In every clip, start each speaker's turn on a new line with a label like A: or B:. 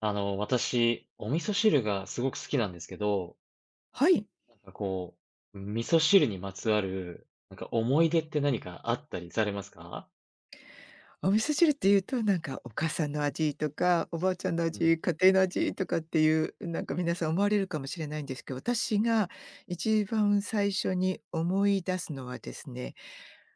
A: 私、お味噌汁がすごく好きなんですけど、
B: はい。
A: なんかこう、味噌汁にまつわる、なんか思い出って何かあったりされますか？
B: お味噌汁っていうと、なんかお母さんの味とか、おばあちゃんの
A: う
B: 味、
A: ん、
B: 家庭の味とかっていう、なんか皆さん思われるかもしれないんですけど、私が一番最初に思い出すのはですね、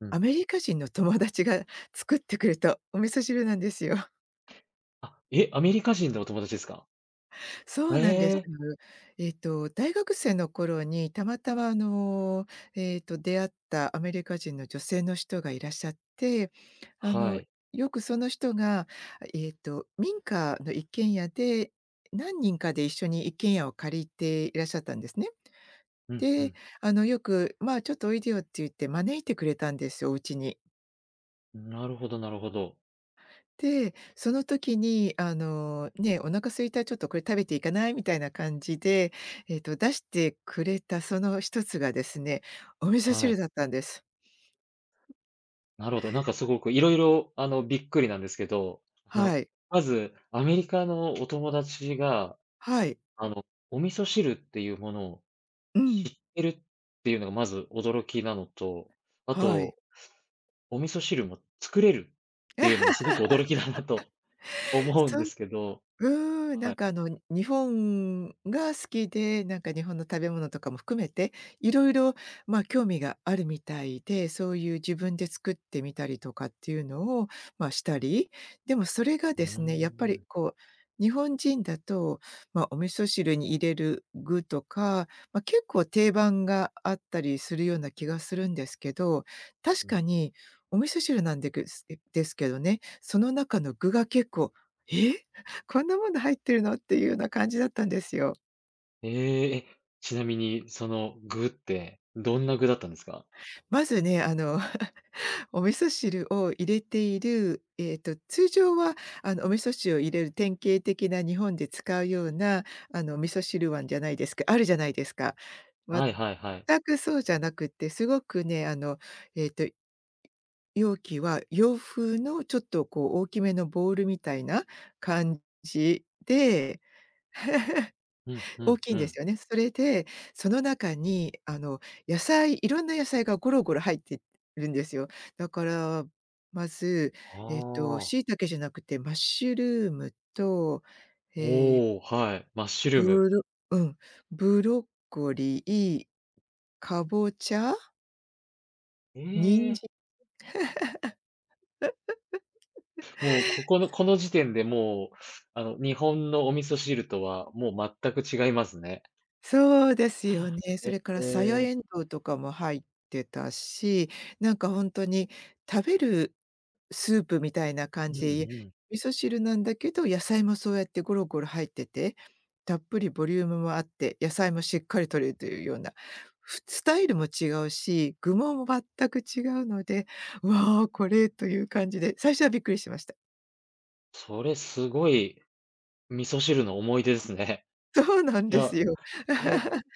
A: う
B: ア
A: ん。
B: メリカ人の友達が作ってくれたお味噌汁なんですよ。
A: あ、え、アメリカ人のお友達ですか？
B: そうなんです。
A: え
B: 大学生の頃にたまたま、出会ったアメリカ人の女性の人がいらっしゃって、
A: え、
B: あ
A: は
B: の、
A: い。
B: よくその人が、民家の一軒家で、何人かで一緒に一軒家を借りていらっしゃったんですね。
A: うん、う
B: で、
A: ん。
B: あの、よく、まあ、ちょっとおいでよって言って招いてくれたんですよ、お家に。
A: なるほどなるほど。
B: で、その時に、ね、お腹空いた、ちょっとこれ食べていかない？みたいな感じで、出してくれたその一つがですね、お味噌
A: は
B: 汁
A: い。
B: だったんです。
A: なるほど。なんかすごくいろいろびっくりなんですけど、あの、
B: はい。
A: まず、アメリカのお友達が、
B: はい。
A: あの、お味噌汁っていうものを
B: う
A: 知
B: ん。
A: ってるっていうのがまず驚きなのと、あ
B: はい。
A: と、お味噌汁も作れるっていうのも すごく驚きだなと 思うんですけど、
B: うーん、な
A: は
B: ん
A: い。
B: かあの、に日本が好きで、なんか日本の食べ物とかも含めて、いろいろ興味があるみたいで、そういう自分で作ってみたりとかっていうのを、ま、したり、でもそれが
A: うー
B: ですね、やっぱり
A: ん、
B: こう、日本人だと、ま、お味噌汁に入れる具とか、ま、結構定番があったりするような気がするんですけど、
A: う
B: 確
A: ん。
B: かにお味噌汁なんでぐすですけどね、その中の具が結構「え？こんなもの入ってるの？」っていうような感じだったんですよ。
A: ええ、え、ちなみにその具って、どんな具だったんですか？
B: まずね、お味噌汁を入れている、通常は、お味噌汁を入れる典型的な日本で使うような、お味噌汁碗じゃないですかあるじゃないですか。
A: はいはいはい。
B: 全くそうじゃなくて、すごくね、えっと、容器は洋風のちょっとこう大きめのボウルみたいな感じで
A: うんう
B: 大
A: ん
B: きい
A: う
B: んで
A: ん。
B: すよね。それで、その中に野菜いろんな野菜がゴロゴロ入ってるんですよ。だから、まず、
A: ああ。
B: 椎茸じゃなくてマッシュルームと、えー
A: おお、はい、マッシュルーム。
B: ブロうん、ブロッコリー、かぼちゃ、
A: え
B: 人
A: え、
B: 参。
A: もうここのこの時点でもう、日本のお味噌汁とはもう全く違いますね。
B: そうですよね。
A: え
B: それからさやえん
A: え。
B: どうとかも入ってたし、なんかほんとに食べるスープみたいな
A: う
B: 感
A: ん
B: じ、
A: うん。
B: 味噌汁なんだけど、野菜もそうやってゴロゴロ入ってて、たっぷりボリュームもあって、野菜もしっかり摂れるというような、スタイルも違うし、具も全く違うので、わあ、これという感じで、最初はびっくりしました。
A: それすごい味噌汁の思い出ですね。
B: そうな ん
A: い
B: です
A: や、
B: よ。
A: え、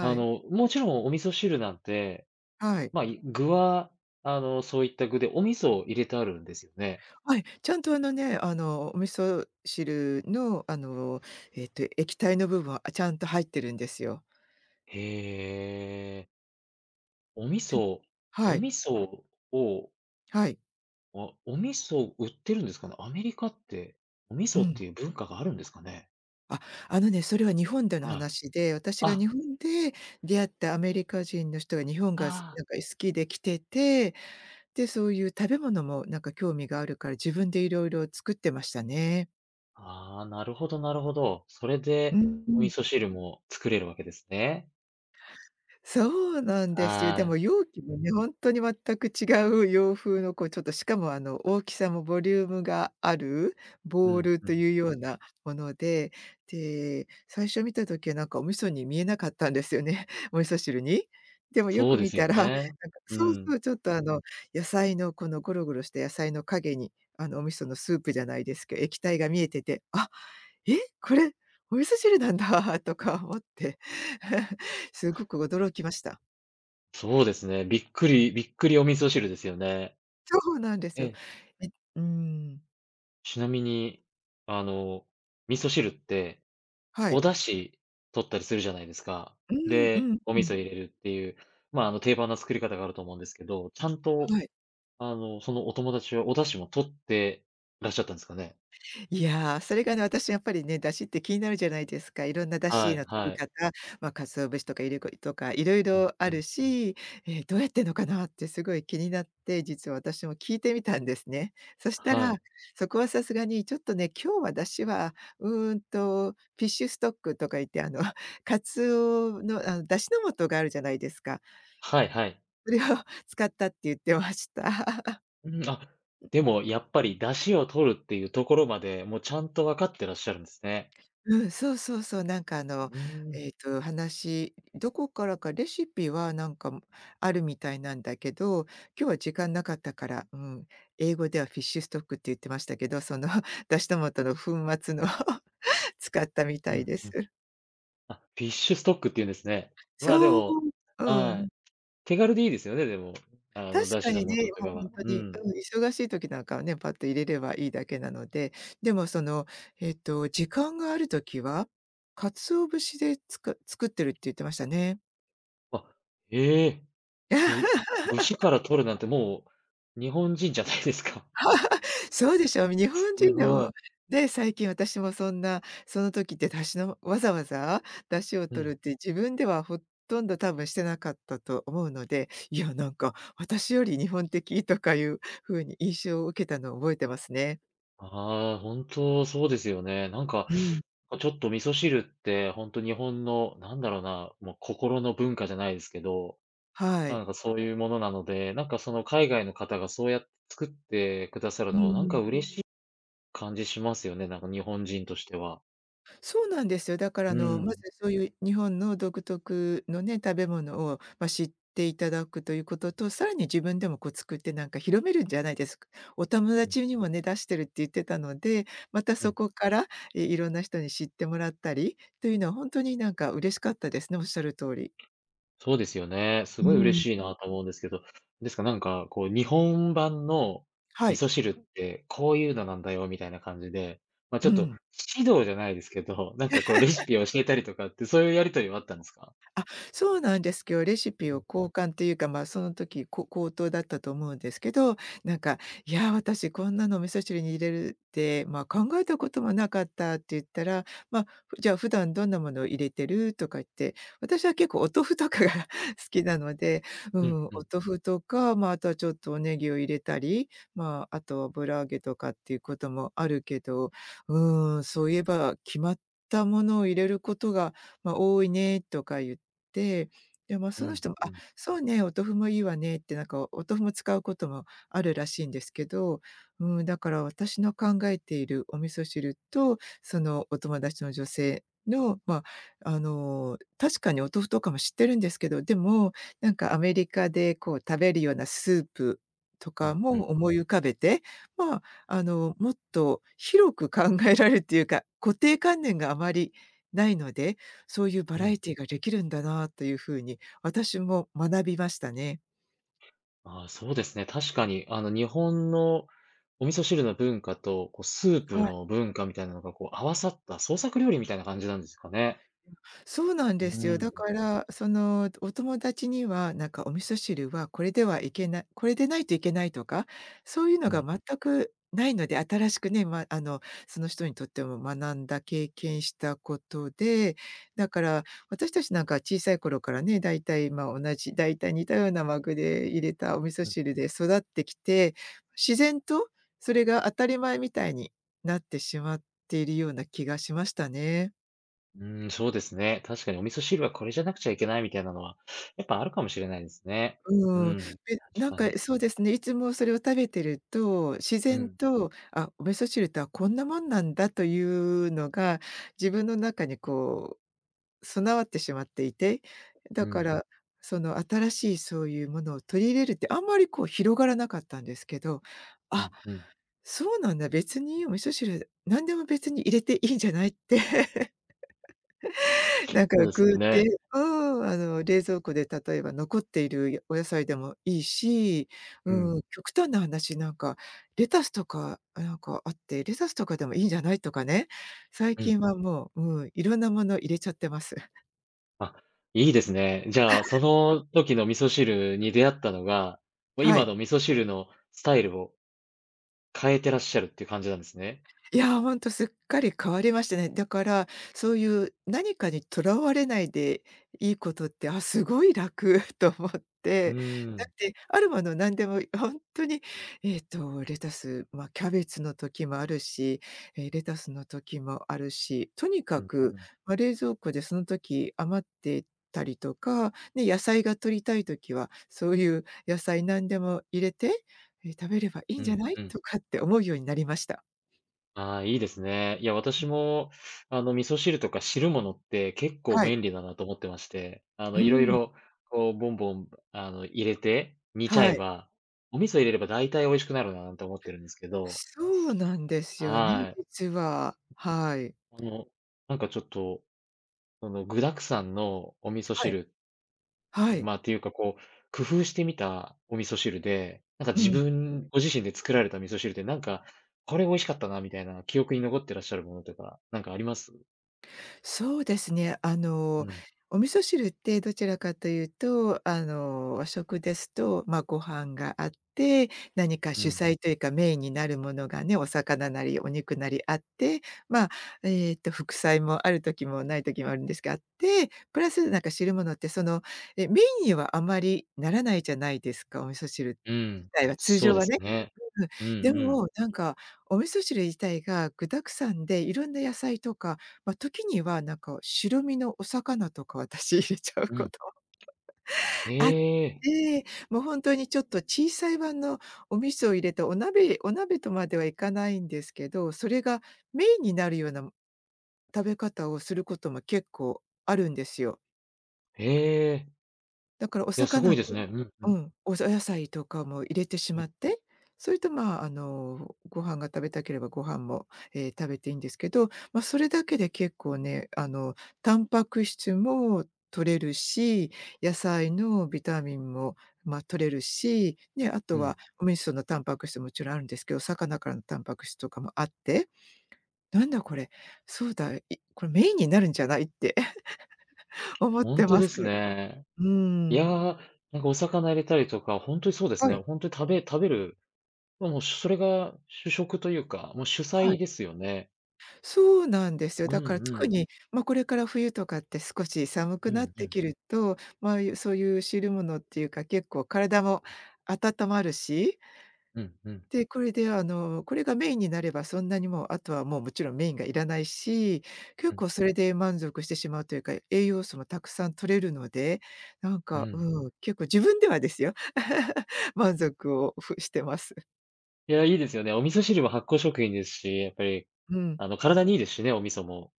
B: い、
A: もちろんお味噌汁なんて、
B: はい。
A: まあ、い具は、そういった具でお味噌を入れてあるんですよね？
B: はい、ちゃんとあのね、お味噌汁の、液体の部分は、あ、ちゃんと入ってるんですよ。
A: へえ。お味
B: で、
A: 噌
B: は
A: お
B: い、
A: 味噌を
B: はい、
A: あ、お味噌売ってるんですかね？アメリカってお味
B: う
A: 噌っ
B: ん。
A: ていう文化があるんですかね？
B: あ、あのね、それは日本での
A: はい。
B: 話で、私が日
A: あ、
B: 本で出会ったアメリカ人の人が日本がす
A: あ
B: なんか好きで来てて、で、そういう食べ物もなんか興味があるから、自分でいろいろ作ってましたね。
A: あ、ああ、なるほどなるほど。それ
B: う
A: で
B: んう
A: お味
B: ん。
A: 噌汁も作れるわけですね。
B: そうなんですよ。で
A: は
B: も
A: い。
B: 容器もね、本当に全く違う洋風のこうちょっとしかもあの大きさもボリュームがある
A: う
B: ボウ
A: ん、
B: ル
A: う
B: と
A: ん。
B: いうようなもので、で、最初見た時はなんかお味噌に見えなかったんですよね、お味噌汁に。でもよ
A: そう
B: く
A: で
B: 見
A: すよ
B: たら、なんか
A: ね。う
B: そう
A: ん。
B: そう、ちょっとあの野菜のこのゴロゴロした野菜の影に、あのお味噌のスープじゃないですけど、液体が見えてて、あ、「え、これ、お味噌汁なんだ とか思って すごく驚きました。
A: そうですね。びっくりびっくりお味噌汁ですよね。
B: そうなんです
A: え
B: よ。
A: え。
B: え、うん。
A: ちなみに、あの、味噌汁って、
B: は
A: お
B: い。
A: 出汁取ったりするじゃないですか。
B: うんう
A: で、
B: ん
A: お
B: う
A: 味
B: ん。
A: 噌入れるっていう、まあ、定番な作り方があると思うんですけど、ちゃんと、
B: はい。
A: そのお友達はお出汁も取ってらっしゃったんですかね？
B: いやー、それがね、私やっぱりね、出汁って気になるじゃないですか。いろんな出
A: は
B: 汁
A: い
B: の取
A: は
B: り
A: い。
B: 方、まあ、鰹節とかいりことかいろい
A: うん
B: ろ
A: う
B: あ
A: ん。
B: るし、えーどうやってんのかなってすごい気になって、実は私も聞いてみたんですね。そした
A: は
B: ら、
A: い。
B: そこはさすがにちょっとね、今日は出汁は、うーんと、フィッシュストックとか言って、鰹の、出汁の素があるじゃないですか。
A: はいはい。
B: それを 使ったって言ってました。
A: うん、あ、でもやっぱり出汁を取るっていうところまで、もうちゃんと分かってらっしゃるんですね。
B: うん、そうそうそう、なんかあ
A: う
B: の、
A: ーん、
B: えっと、話どこからかレシピはなんかあるみたいなんだけど、今日は時間なかったから、うん、英語ではフィッシュストックって言ってましたけど、その だしトマトの粉末の を使ったみ
A: う
B: たい
A: ん、
B: で
A: う
B: す。
A: ん。あ、フィッシュストックっていうんですね。まあ、で
B: そう、
A: も
B: う
A: は
B: ん。
A: い、手軽でいいですよね、でも、
B: 確
A: 出
B: か
A: 汁
B: にね、
A: の素と
B: もう
A: か
B: 本
A: は。
B: 当
A: う
B: に、
A: ん。
B: うん、忙しい時なんかはね、パッと入れればいいだけなので、でもその、時間がある時は、鰹節で作ってるって言ってましたね。
A: あ、ええ、ぶ 節から取るなんてもう日本人じゃないですか。
B: そうでしょう、日
A: す
B: 本人で
A: ご
B: も、
A: い。
B: で、最近私もそんな、その時って出汁のわざわざ出汁を
A: うん。
B: 取るって自分ではほとんど多分してなかったと思うので、いやなんか私より日本的とかいう風に印象を受けたのを覚えてますね。
A: ああ、本当そうですよね。なんか、
B: うん、
A: ちょっと味噌汁って本当日本の、なんだろうな、もう心の文化じゃないですけど
B: は
A: な
B: い。
A: んかそういうものなので、なんかその海外の方がそうやって作ってくださる
B: う
A: のは、な
B: ん
A: ん
B: う
A: か
B: ん。
A: 嬉しい感じしますよね、なんか日本人としては。
B: そうなんですよ。だから
A: う
B: あの、まず
A: ん。
B: そういう日本の独特のね、食べ物を、ま、知っていただくということと、さらに自分でもこう作ってなんか広めるんじゃないですか。お友
A: うん、
B: 達にもね、出してるって言ってたので、また
A: う
B: そ
A: ん。
B: こから、え、いろんな人に知ってもらったりというのはほんとになんか嬉しかったですね、おっしゃる通り。
A: そうですよね。す
B: う
A: ごい嬉
B: ん。
A: しいなと思うんですけど、ですか、なんかこう日本版の
B: は
A: 味
B: い。
A: 噌汁ってこういうのなんだよみたいな感じで、ま、ち
B: う
A: ょっと
B: ん。
A: 指導じゃないですけど、なんかこうレシピを教えたりとかって、そういうやり取りはあったんですか？
B: あ、そうなんですけど、レシ
A: う
B: ピ
A: ん。
B: を交換というか、まあ、その時、口頭だったと思うんですけど、なんか「いや、私こんなの味噌汁に入れるって、まあ、考えたこともなかった」って言ったら、ま、じゃあ普段どんなものを入れてる？」とか言って、私は結構お豆腐とかが 好きなので、う
A: うん
B: ん、お
A: うん。
B: 豆腐とか、まあ、あとはちょっとおネギを入れたり、まあ、あとは油揚げとかっていうこともあるけど、うん、そういえば決まったものを入れることが、まあ、多いねとか言って、でも
A: う
B: その
A: ん
B: 人も
A: う
B: 「あ、
A: ん。
B: そうね、お豆腐もいいわね」って、なんかお豆腐も使うこともあるらしいんですけど、うん、だから私の考えているお味噌汁と、そのお友達の女性の、確かにお豆腐とかも知ってるんですけど、でも、なんかアメリカでこう食べるようなスープと
A: う
B: か
A: んうん。
B: も思い浮かべて、まあ、もっと広く考えられるっていうか、固定観念があまりないので、そういうバ
A: う
B: ラエ
A: ん。
B: ティができるんだなというふうに私も学びましたね。
A: ああ、そうですね。確かに、日本のお味噌汁の文化と、こう、スープ
B: はい。
A: の文化みたいなのが、こう、合わさった創作料理みたいな感じなんですかね。
B: そうなん
A: う
B: ですよ。だ
A: ん、
B: から、お友達には、お味噌汁はこれではいけない、これでないといけないとか、そういうの
A: う
B: が
A: ん、
B: 全くないので、新しくね、ま、あの、その人にとっても学んだ、経験したことで、だから、私たちなんか小さい頃からね、だいたい、だいたい似たようなマグで入れたお味噌
A: うん。
B: 汁で育ってきて、自然とそれが当たり前みたいになってしまっているような気がしましたね。
A: うん、そうですね。確かにお味噌汁はこれじゃなくちゃいけないみたいなのは、やっぱあるかもしれないですね。う
B: うん。
A: ん、ん。
B: え
A: 確
B: なん
A: か
B: か、
A: に。
B: そうですね、いつもそれを食べてると、自
A: う
B: 然
A: ん、
B: と、あ、お味噌汁とはこんなもんなんだというのが、自分の中にこう備わってしまっていて、
A: う
B: だか
A: ん、
B: ら、その新しいそういうものを取り入れるってあんまりこう広がらなかったんですけど、
A: う
B: あ、
A: ん、うん。
B: そうなんだ、別にお味噌汁、何でも別に入れていいんじゃないって。
A: そうです
B: 具
A: よ
B: っ
A: ね。
B: て、うん、冷蔵庫で例えば残っているお野菜でもいいし、
A: う
B: うん、
A: ん、
B: 極端な話、レタスとか、あ、なんかあって、レタスとかでもいいんじゃないとかね、最
A: うん。
B: 近はもう、うん、いろんなもの入れちゃってます。
A: あ、いいですね。じゃあ、その時の味噌汁に出会ったのが、もう
B: は
A: 今
B: い。
A: の味噌汁のスタイルを変えてらっしゃるっていう感じなんですね。
B: いや、ほんとすっかり変わりましたね。だから、そういう何かにとらわれないでいいことって、あ、すごい楽 と思っ
A: う
B: て。
A: ー
B: だ
A: ん。
B: って、あるもの何でも本当に、レタス、まあ、キャベツの時もあるし、レタスの時もあるし、とに
A: う
B: か
A: ん、う
B: く、
A: ん、
B: まあ、冷蔵庫でその時余ってたりとか、ね、野菜が取りたい時は、そういう野菜何でも入れて、食べればいい
A: う
B: んじゃ
A: ん、
B: ない
A: うん。
B: とかって思うようになりました。
A: ああ、いいですね。いや、私も、味噌汁とか汁物って結構
B: はい。
A: 便利だなと思ってまして、
B: う
A: いろい
B: ん、
A: ろ、こう、ボンボン、入れて煮ちゃ
B: は
A: え
B: い。
A: ば、お味噌入れれば大体美味しくなるなと思ってるんですけど、
B: そうなんですよね、
A: はい。
B: 実は。はい。
A: あの、なんかちょっと、その具沢山のお味噌
B: はい。
A: 汁
B: はい。
A: まあ、っていうか、こう、工夫してみたお味噌汁で、なんか
B: う
A: 自
B: ん。
A: 分ご自身で作られた味噌汁で、なんか、これ美味しかったなみたいな記憶に残ってらっしゃるものとか、なんかあります？
B: そうですね。
A: うん。
B: お味噌汁ってどちらかというと、和食ですと、まあ、ご飯があって、何か
A: う
B: 主
A: ん。
B: 菜というかメインになるものがね、お魚なりお肉なりあって、まあ、副菜もある時もない時もあるんですが、あって、プラス汁物ってその、メインにはあまりならないじゃないですか、お味噌汁
A: うん。
B: 自体は、通
A: そう
B: 常
A: で
B: は
A: す
B: ね。
A: ね。
B: うん。
A: うんう
B: で
A: ん。
B: も、なんか、お味噌汁自体が具沢山で、いろんな野菜とか、ま、時にはなんか白身のお魚とか私 入れちゃう
A: う
B: こ
A: ん。
B: と
A: へ
B: あっ
A: え。
B: て、もうほんとにちょっと小さい版のお味噌を入れたお鍋とまではいかないんですけど、それがメインになるような食べ方をすることも結構あるんですよ。
A: へえ。
B: だからお
A: いや、す
B: 魚
A: ごいです
B: と、
A: ね。うんう
B: う
A: ん。
B: ん、お野菜とかも入れてし
A: う
B: ま
A: ん
B: って、それと、ご飯が食べたければご飯も、食べていいんですけど、まあ、それだけで結構ね、タンパク質も取れるし、野菜のビタミンも、まあ、取れるし、ね、あ
A: う
B: と
A: ん。
B: はお味噌のタンパク質ももちろんあるんですけど、魚からのタンパク質とかもあって、なんだこれ、そうだ、いこれメインになるんじゃないって 思っ
A: ほん
B: て
A: と
B: ま
A: で
B: す。
A: すね。
B: う
A: いや、
B: ん。
A: なんかお魚入れたりとか、ほんとにそうです
B: は
A: ね。
B: い、
A: ほんとに食べる、ま、もうそれが主食というか、もう主
B: は
A: 菜
B: い。
A: ですよね。
B: そうなんですよ。
A: うん
B: だ
A: う
B: から特
A: ん
B: に、まあ、これから冬とかって少し寒
A: う
B: くなっ
A: んう
B: て
A: ん、
B: きると、まあ、そういう汁物っていうか、結構体も温まるし、
A: うんうん、
B: で、これでこれがメインになればそんなにもう、あとはもうもちろんメインがいらないし、結
A: うん、
B: 構それで満足してしまうというか、栄養素もたくさん取れるので、なん
A: う
B: か、
A: ん。
B: うん、結構自分ではですよ。満足をふしてます。
A: いや、いいですよね。お味噌汁も発酵食品ですし、やっぱり、
B: うん。
A: 体にいいですしね、お味噌も。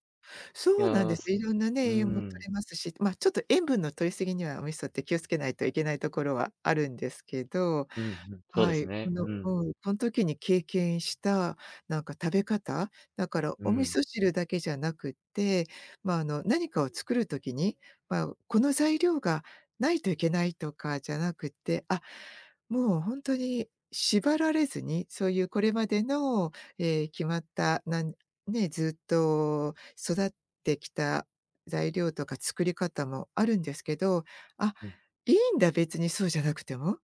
A: い
B: そ
A: や
B: うなんで
A: ー、
B: す。
A: す
B: いろんなね、
A: う
B: 栄養も取
A: ん、
B: れますし、まあ、ちょっと塩分の取り過ぎにはお味噌って気をつけないといけないところはあるんですけど、
A: うんうん、そうで
B: は
A: す
B: い、
A: ね。うん、
B: うん、その時に経験した、なんか食べ方、だから
A: う
B: お味
A: ん、
B: 噌汁だけじゃなくって、何かを作る時に、まあ、この材料がないといけないとかじゃなくって、あ、もう本当に縛られずに、そういうこれまでの、えー決まった、なんね、ずっと育ってきた材料とか作り方もあるんですけど、あ、
A: うん、
B: いいんだ、別にそうじゃなくても。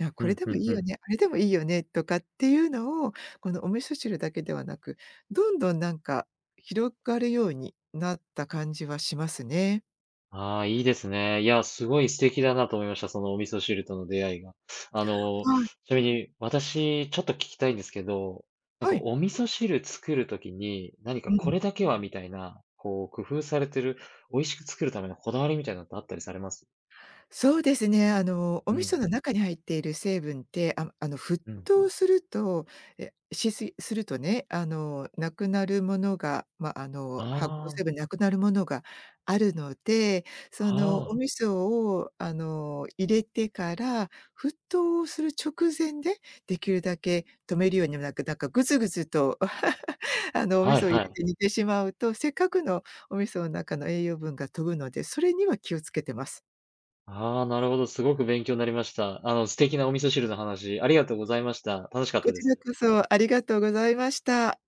B: 「あ、
A: う
B: これ
A: ん、
B: で
A: う
B: も
A: ん、
B: いい
A: う
B: よ
A: ん。
B: ね、あれでもいいよね」とかっていうのを、このお味噌汁だけではなく、どんどんなんか広がるようになった感じはしますね。
A: ああ、いいですね。いや、すごい素敵だなと思いました、そのお味噌汁との出会いが。あ
B: は
A: の、
B: い。
A: ちなみに私、ちょっと聞きたいんですけど、なん
B: は
A: か
B: い。
A: お味噌汁作るときに、何か
B: う
A: こ
B: ん。
A: れだけはみたいな、こう工夫されてる、美味しく作るためのこだわりみたいなのってあったりされます？
B: そうですね。お
A: う
B: 味噌
A: ん。
B: の中に入っている成分って、沸
A: うん。
B: 騰すると、しすぎするとね、なくなるものが、発酵
A: あ
B: 成分なくなるものがあるので、その、お
A: あ、あ
B: 味噌を、入れてから、沸騰する直前で、できるだけ止めるようにもなく、なんかぐつぐつと、お
A: あ、
B: 味
A: はい
B: 噌を入
A: は
B: れ
A: い。
B: て煮てしまうと、せっかくのお味噌の中の栄養分が飛ぶので、それには気をつけてます。
A: ああ、なるほど、すごく勉強になりました。素敵なお味噌汁の話、ありがとうございました。楽しかった
B: こ
A: で
B: ちら
A: す。
B: こそありがとうございました。